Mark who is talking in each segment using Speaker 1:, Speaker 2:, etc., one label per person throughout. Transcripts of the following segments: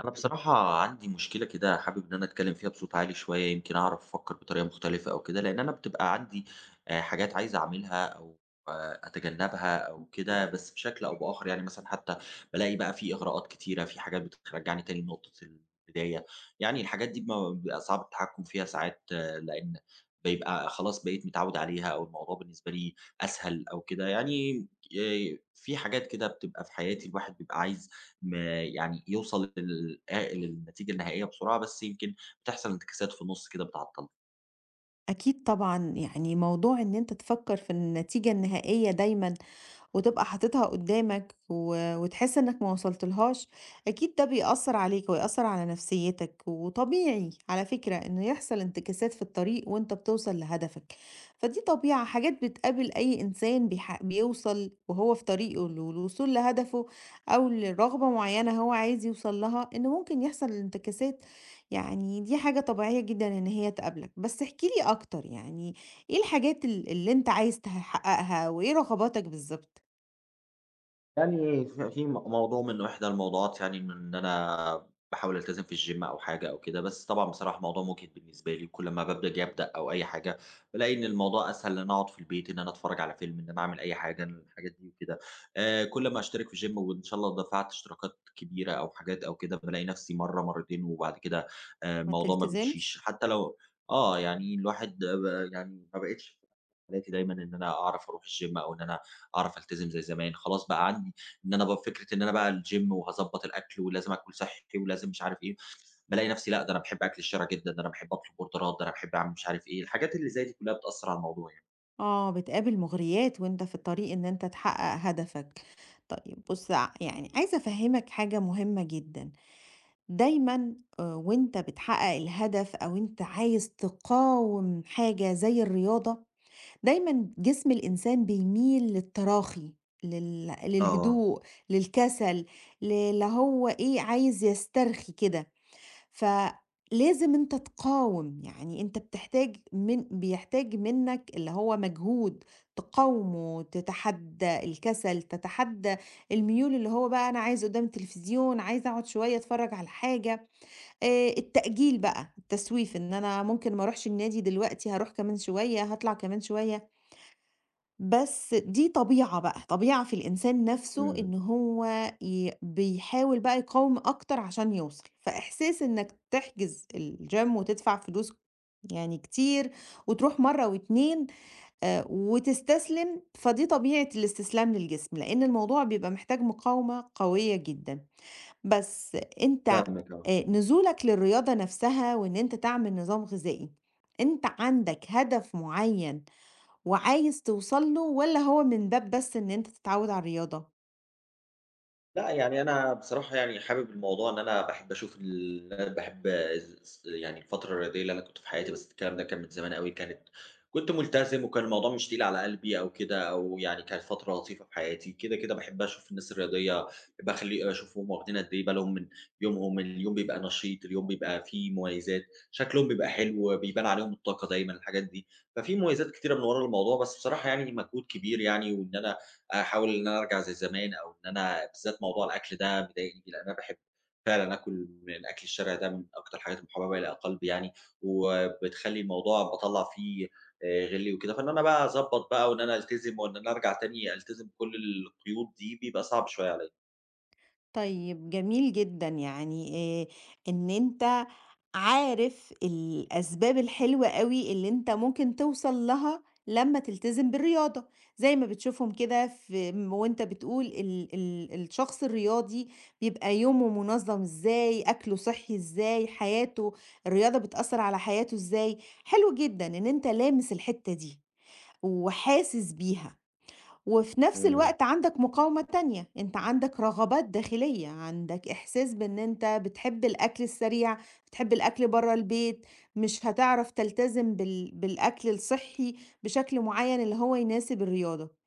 Speaker 1: أنا بصراحة عندي مشكلة كده حابب إن أنا أتكلم فيها بصوت عالي شوية يمكن أعرف أفكر بطريقة مختلفة أو كده، لأن أنا بتبقى عندي حاجات عايز أعملها أو أتجنبها أو كده، بس بشكل أو بآخر، يعني مثلا حتى بلاقي بقى في إغراءات كتيرة، في حاجات بترجعني تاني لنقطة البداية. يعني الحاجات دي بيبقى صعب التحكم فيها ساعات، لأن بيبقى خلاص بقيت متعود عليها، أو الموضوع بالنسبة لي أسهل أو كده يعني. في حاجات كده بتبقى في حياتي، الواحد بيبقى عايز م يعني يوصل لل للنتيجة النهائية بسرعة، بس يمكن بتحصل انتكاسات في النُص كده بتعطّله.
Speaker 2: أكيد طبعًا، يعني موضوع إن أنت تفكّر في النتيجة النهائية دايمًا وتبقى حاططها قدامك و... وتحس انك ما وصلتلهاش. اكيد ده بيأثر عليك ويأثر على نفسيتك، وطبيعي على فكرة انه يحصل انتكاسات في الطريق وانت بتوصل لهدفك. فدي طبيعة حاجات بتقابل اي انسان بيوصل وهو في طريقه للوصول لهدفه او لرغبة معينة هو عايز يوصل لها، ان ممكن يحصل انتكاسات. يعني دي حاجة طبيعية جدا ان هي تقابلك، بس احكيلي اكتر، يعني ايه الحاجات اللي انت عايز تحققها وايه رغباتك بالظبط؟
Speaker 1: يعني في موضوع من إحدى الموضوعات، يعني من إن أنا باحاول ألتزم في الgym أو حاجة أو كده، بس طبعًا بصراحة الموضوع مُجهِد بالنسبة لي، وكل ما بابدأ آجي أبدأ أو أي حاجة، بالاقي إن الموضوع أسهل، إن أنا أقعد في البيت، إن أنا أتفرّج على فيلم، إن أنا أعمل أي حاجة، إن الحاجات دي وكده. كل ما أشترك في gym، وإن شاء الله دفعت اشتراكات كبيرة أو حاجات أو كده، بالاقي نَفْسي مرّة، مرّتين، وبعد كده
Speaker 2: ما
Speaker 1: الموضوع ما
Speaker 2: تلتزمش؟
Speaker 1: بيمشيش. حتّى لو يعني الواحد يعني ما بقيتش في حالاتي دايمًا إن أنا أعرف أروح الgym، أو إن أنا أعرف ألتزم زي زمان. خلاص بقى عندي إن أنا بقى فكرة إن أنا بقى الgym وهاضبّط الأكل ولازم آكل صحّي ولازم مش عارف إيه، بالاقي نفسي لأ، ده أنا باحب أكل الشارع جدًا، ده أنا باحب أطلب أوردرات، ده أنا باحب أعمل مش عارف إيه، الحاجات اللي زي دي كلّها بتأثّر على الموضوع يعني.
Speaker 2: آه، بتقابل مغريات وأنت في الطريق إن أنت تحقق هدفك. طيب بُص، يعني عايزة أفهّمك حاجة مهمة جدًا، دايمًا وأنت بتحقق الهدف أو أنت عايز تقاوم حاجة زي الرياضة، دايمًا جسم الإنسان بيميل للتراخي،
Speaker 1: آه.
Speaker 2: للهدوء، للكسل، اللي هو إيه، عايز يسترخي كده. فلازم أنت تقاوم، يعني أنت بتحتاج من بيحتاج منّك اللي هو مجهود تقاومه، تتحدّى الكسل، تتحدّى الميول اللي هو بقى أنا عايز قدّام التلفزيون، عايز أقعد شوية أتفرّج على حاجة، التأجيل بقى، التسويف إن أنا ممكن ما أروحش النادي دلوقتي، هاروح كمان شوية، هاطلع كمان شوية. بس دي طبيعة بقى، طبيعة في الإنسان نَفْسه
Speaker 1: إمم.
Speaker 2: إن هو بيحاول بقى يقاوم أكتر عشان يوصل، فإحساس إنّك تحجز الgym وتدفع فلوس يعني كتير وتروح مرّة و2 وتستسلم، فدي طبيعة الاستسلام للجسم، لإن الموضوع بيبقى محتاج مقاومة قوية جدًا. بس أنت،
Speaker 1: فاهمِك آه.
Speaker 2: نزولك للرياضة نَفْسها وإن أنت تعمل نظام غذائي، أنت عندك هدف معيّن وعايز توصل له، والّا هو من باب بس إن أنت تتعوّد على الرياضة؟
Speaker 1: لأ، يعني أنا بصراحة يعني حابب الموضوع، إن أنا باحب أشوف باحب يعني الفترة الرياضية اللي أنا كنت في حياتي، بس الكلام ده كان من زمان أوي. كانت كنت ملتزم وكان الموضوع مش تقيل على قلبي أو كده، أو يعني كانت فترة لطيفة في حياتي، كده، كده باحب أشوف الناس الرياضية، باحب أخلّي أشوفهم واخدين قد إيه بالهم من يومهم، اليوم بيبقى نشيط، اليوم بيبقى فيه مميزات، شكلهم بيبقى حلو، بيبان عليهم الطاقة دايمًا الحاجات دي. ففي مميزات كتيرة من ورا الموضوع، بس بصراحة يعني مجهود كبير يعني، وإن أنا أحاول إن أنا أرجع زي زمان. أو إن أنا بالذات موضوع الأكل ده مضايقني، لأن أنا باحب فعلًا آكل من أكل الشارع، ده من أكتر الحاجات المحببة إلى قلبي يعني، وبتخلّي الموضوع باطلّع فيه غِلّي وكده. فإن أنا بقى أضبّط بقى وإن أنا ألتزم وإن أنا أرجع تاني ألتزم بكل القيود دي بيبقى صعب شوية عليّا.
Speaker 2: طيب جميل جدًا، يعني آآ إن أنت عارف الأسباب الحلوة أوي اللي أنت ممكن توصل لها لمّا تلتزم بالرياضة، زي ما بتشوفهم كده في م وأنت بتقول ال ال الشخص الرياضي بيبقى يومه منظّم إزاي، أكله صحّي إزاي، حياته الرياضة بتأثّر على حياته إزاي، حلو جدًا إن أنت لامس الحتّة دي وحاسس بيها. وفي نفس
Speaker 1: إمم.
Speaker 2: الوقت عندك مقاومة تانية، انت عندك رغبات داخلية، عندك احساس بان انت بتحب الاكل السريع، بتحب الاكل بره البيت، مش هتعرف تلتزم بالاكل الصحي بشكل معين اللي هو يناسب الرياضة.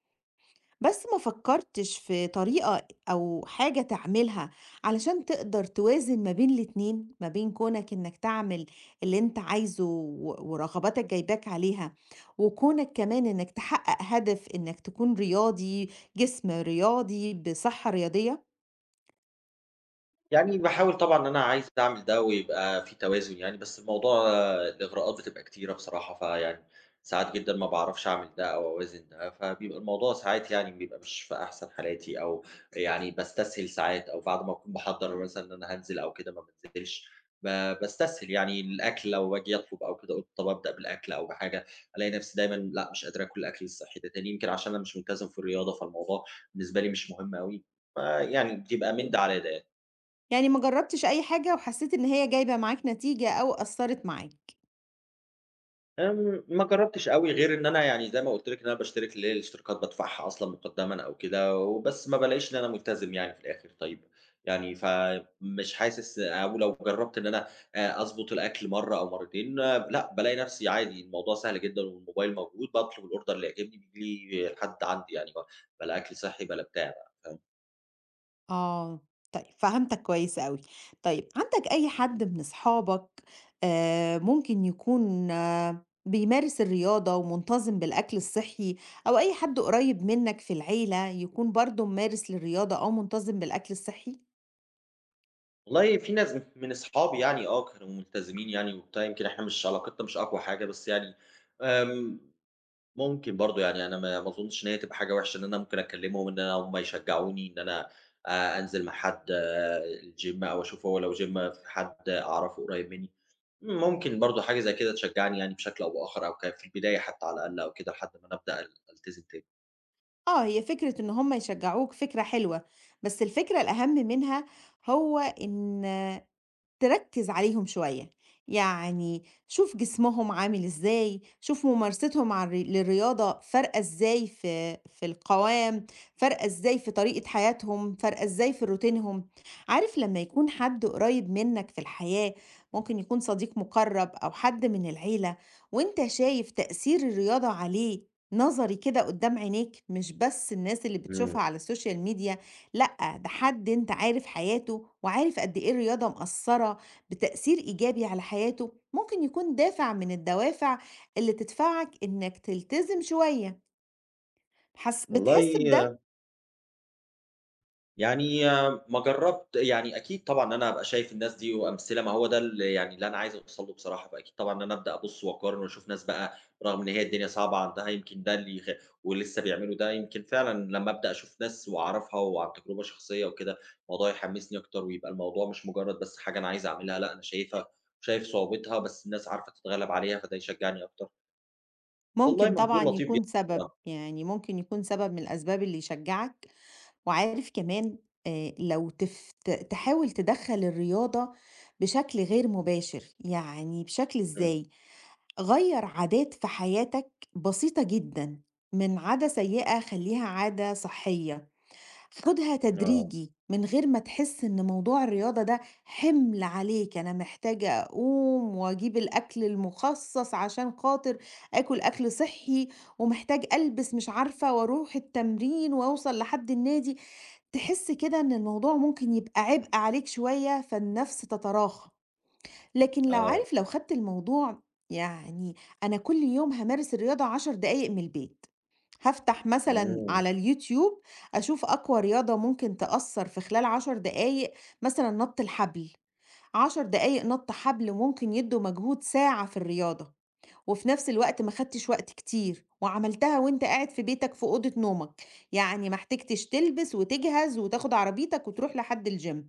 Speaker 2: بس ما فكرتش في طريقة أو حاجة تعملها علشان تقدر توازن ما بين الاتنين، ما بين كونك إنك تعمل اللي أنت عايزه ورغباتك جايباك عليها، وكونك كمان إنك تحقق هدف إنك تكون رياضي، جسم رياضي بصحة رياضية.
Speaker 1: يعني باحاول طبعًا إن أنا عايز أعمل ده ويبقى في توازن يعني، بس الموضوع الإغراءات بتبقى كتيرة بصراحة، فيعني ساعات جدًا ما باعرفش أعمل ده أو أوازن ده، فبيبقى الموضوع ساعات يعني بيبقى مش في أحسن حالاتي. أو يعني باستسهل ساعات، أو بعد ما أكون باحضّر مثلًا إن أنا هانزل أو كده ما بانزلش، ب باستسهل يعني الأكل، لو آجي أطلب أو كده قُلت طَب أبدأ بالأكل أو بحاجة، ألاقي نفسي دايمًا لأ، مش قادر آكل الأكل الصحّي ده تاني، يمكن عشان أنا مش ملتزم في الرياضة، فالموضوع بالنسبة لي مش مهم أوي، فيعني بيبقى من ده على ده.
Speaker 2: يعني ما جربتش أي حاجة وحسيت إن هي جايبة معاك نتيجة أو أثرت معاك؟
Speaker 1: آمم، ما جرّبتش أوي غير إن أنا يعني زي ما قُلت لِك إن أنا باشترك، اللي هي الاشتراكات بادفعها أصلًا مُقدّمًا أو كده، وبس ما بالاقيش إن أنا ملتزم يعني في الآخر. طيب، يعني فمش حاسس، أو لو جرّبت إن أنا أضبط الأكل مرّة أو مرّتين آه، لأ، بالاقي نَفْسي عادي الموضوع سهل جدًا، والموبايل موجود، باطلب الorder اللي يعجبني بييجي لي لحد عندي يعني، ما بلا أكل صحّي بلا بتاع بقى، فاهم؟
Speaker 2: آه، طيب فهمتك كويس أوي. طيب عندك أي حد من أصحابك ممكن يكون، آه، بيمارس الرياضة ومنتظم بالأكل الصحّي، أو أي حد قريب منك في العيلة يكون برضه ممارس للرياضة أو منتظم بالأكل الصحّي؟
Speaker 1: والله في ناس من أصحابي يعني آه، كانوا ملتزمين يعني وبتاع، يمكن إحنا مش علاقتنا مش أقوى حاجة، بس يعني آمم، ممكن برضه، يعني أنا ما أظنش إن هي تبقى حاجة وحشة إن أنا ممكن أكلّمهم، إن أنا هُم يشجعوني، إن أنا أنزل مع حد الgym، أو أشوف هو لو gym في حد أعرفه قريب مني. ممكن برضه حاجة زي كده تشجّعني يعني بشكل أو بآخر، أو في البداية حتى على الأقل أو كده، لحد ما أنا أبدأ ألتزم تاني.
Speaker 2: آه، هي فكرة إن هم يشجعوك فكرة حلوة، بس الفكرة الأهم منها هو إن تركّز عليهم شوية، يعني شوف جسمهم عامل إزاي، شوف ممارستهم عن الر للرياضة فارقة إزاي في القوام، فارقة إزاي في طريقة حياتهم، فارقة إزاي في روتينهم. عارف لمّا يكون حد قريب منّك في الحياة، ممكن يكون صديق مُقرّب أو حد من العيلة، وأنت شايف تأثير الرياضة عليه نظري كده قدّام عينيك، مش بس الناس اللي
Speaker 1: إمم.
Speaker 2: بتشوفها على السوشيال ميديا، لأ، ده حد أنت عارف حياته، وعارف قد إيه الرياضة مأثّرة بتأثير إيجابي على حياته، ممكن يكون دافع من الدوافع اللي تدفعك إنك تلتزم شوية، حس بتحس بده؟
Speaker 1: والله يعني آه، ما جرّبت يعني أكيد طبعًا أنا هابقى شايف الناس دي وأمثلة، ما هو ده يعني اللي أنا عايز أوصل له بصراحة، فأكيد طبعًا إن أنا أبدأ أبُص وأقارن وأشوف ناس بقى رغم إن هي الدنيا صعبة عندها، يمكن ده اللي ولسه بيعملوا ده، يمكن فعلًا لمّا أبدأ أشوف ناس وأعرفها وعن تجربة شخصية وكده، الموضوع يحمّسني أكتر، ويبقى الموضوع مش مجرّد بس حاجة أنا عايز أعملها، لأ أنا شايفها وشايف صعوبتها، بس الناس عارفة تتغلّب عليها، فده يشجّعني أكتر. والله
Speaker 2: ممكن طبعًا
Speaker 1: منظور لطيف
Speaker 2: يكون
Speaker 1: جدًا
Speaker 2: سبب،
Speaker 1: بصراحة.
Speaker 2: يعني ممكن يكون سبب من الأسباب اللي يشجّعك. وعارف كمان، لو تف ت تحاول تدخّل الرياضة بشكل غير مباشر، يعني بشكل
Speaker 1: إمم.
Speaker 2: إزاي؟ غيّر عادات في حياتك بسيطة جدًا، من عادة سيئة خلّيها عادة صحية، خُدها
Speaker 1: آه.
Speaker 2: تدريجي من غير ما تحس إن موضوع الرياضة ده حِمل عليك، أنا محتاجة أقوم وأجيب الأكل المُخصّص عشان خاطر آكل أكل صحّي، ومحتاج ألبس مش عارفة وأروح التمرين وأوصل لحد النادي، تحس كده إن الموضوع ممكن يبقى عبء عليك شوية، فالنَفْس تتراخى. لكن لو
Speaker 1: آه.
Speaker 2: عارف، لو خدت الموضوع يعني أنا كل يوم هامارس الرياضة 10 دقايق من البيت، هافتح مثلًا
Speaker 1: إمم.
Speaker 2: على اليوتيوب أشوف أقوى رياضة ممكن تأثّر في خلال 10 دقايق، مثلًا نَط الحبل، 10 دقايق نَط حبل ممكن يدّوا مجهود ساعة في الرياضة، وفي نفس الوقت ما خدتش وقت كتير، وعملتها وأنت قاعد في بيتك في أوضة نومك، يعني ما احتجتش تلبس وتجهز وتاخد عربيتك وتروح لحد الgym.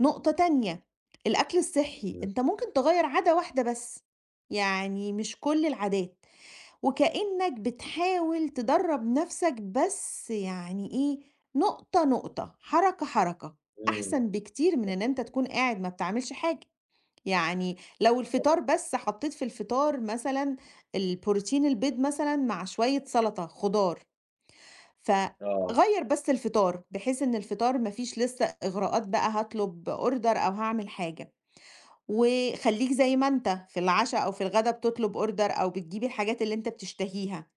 Speaker 2: نقطة تانية، الأكل الصحّي،
Speaker 1: إمم.
Speaker 2: أنت ممكن تغيّر عادة واحدة بس، يعني مش كل العادات، وكإنّك بتحاول تدرّب نَفْسك، بس يعني إيه، نقطة، نقطة، حركة، حركة،
Speaker 1: إمم.
Speaker 2: أحسن بكتير من إن أنت تكون قاعد ما بتعملش حاجة، يعني لو الفطار بس حطّيت في الفطار مثلًا البروتين البيض مثلًا مع شوية سَلَطة خضار.
Speaker 1: آه.
Speaker 2: فغيّر بس الفطار، بحيث إن الفطار ما فيش لسه إغراءات بقى هاطلب order أو هاعمل حاجة، وخلّيك زي ما أنت في العشا أو في الغدا بتطلب order أو بتجيب الحاجات اللي أنت بتشتهيها،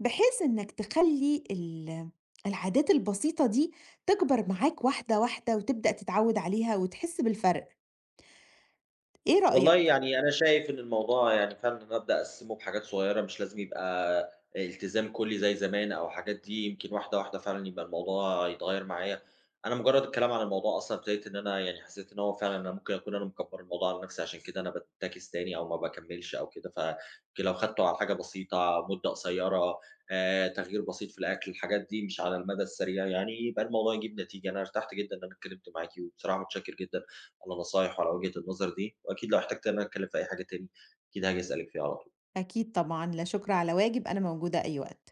Speaker 2: بحيث إنك تخلّي العادات البسيطة دي تكبر معاك واحدة، واحدة، وتبدأ تتعوّد عليها وتحس بالفرق، إيه
Speaker 1: والله
Speaker 2: رأيك؟
Speaker 1: يعني أنا شايف إن الموضوع يعني فعلًا أبدأ أقسّمه بحاجات صغيّرة، مش لازم يبقى التزام كلّي زي زمان أو حاجات دي، يمكن واحدة، واحدة فعلًا يبقى الموضوع يتغيّر معايا. أنا مجرّد الكلام عن الموضوع أصلًا ابتديت إن أنا يعني حسيت إن هو فعلًا أنا ممكن أكون أنا مكبّر الموضوع على نَفْسي، عشان كده أنا باتّاكس تاني أو ما باكمّلش أو كده، فيمكن لو خدته على حاجة بسيطة، مدة قصيّرة، تغيير بسيط في الأكل، الحاجات دي مش على المدى السريع يعني، يبقى الموضوع يجيب نتيجة. أنا ارتحت جدًا إن أنا اتكلّمت معاكِ، وبصراحة متشكّر جدًا على نصايح وعلى وجهة النظر دي. وأكيد لو احتجت إن أنا أتكلم في أي حاجة تاني، أكيد هاجي أسألِك فيها على طول.
Speaker 2: أكيد طبعًا، لا شكر على واجب، أنا موجودة أي وقت.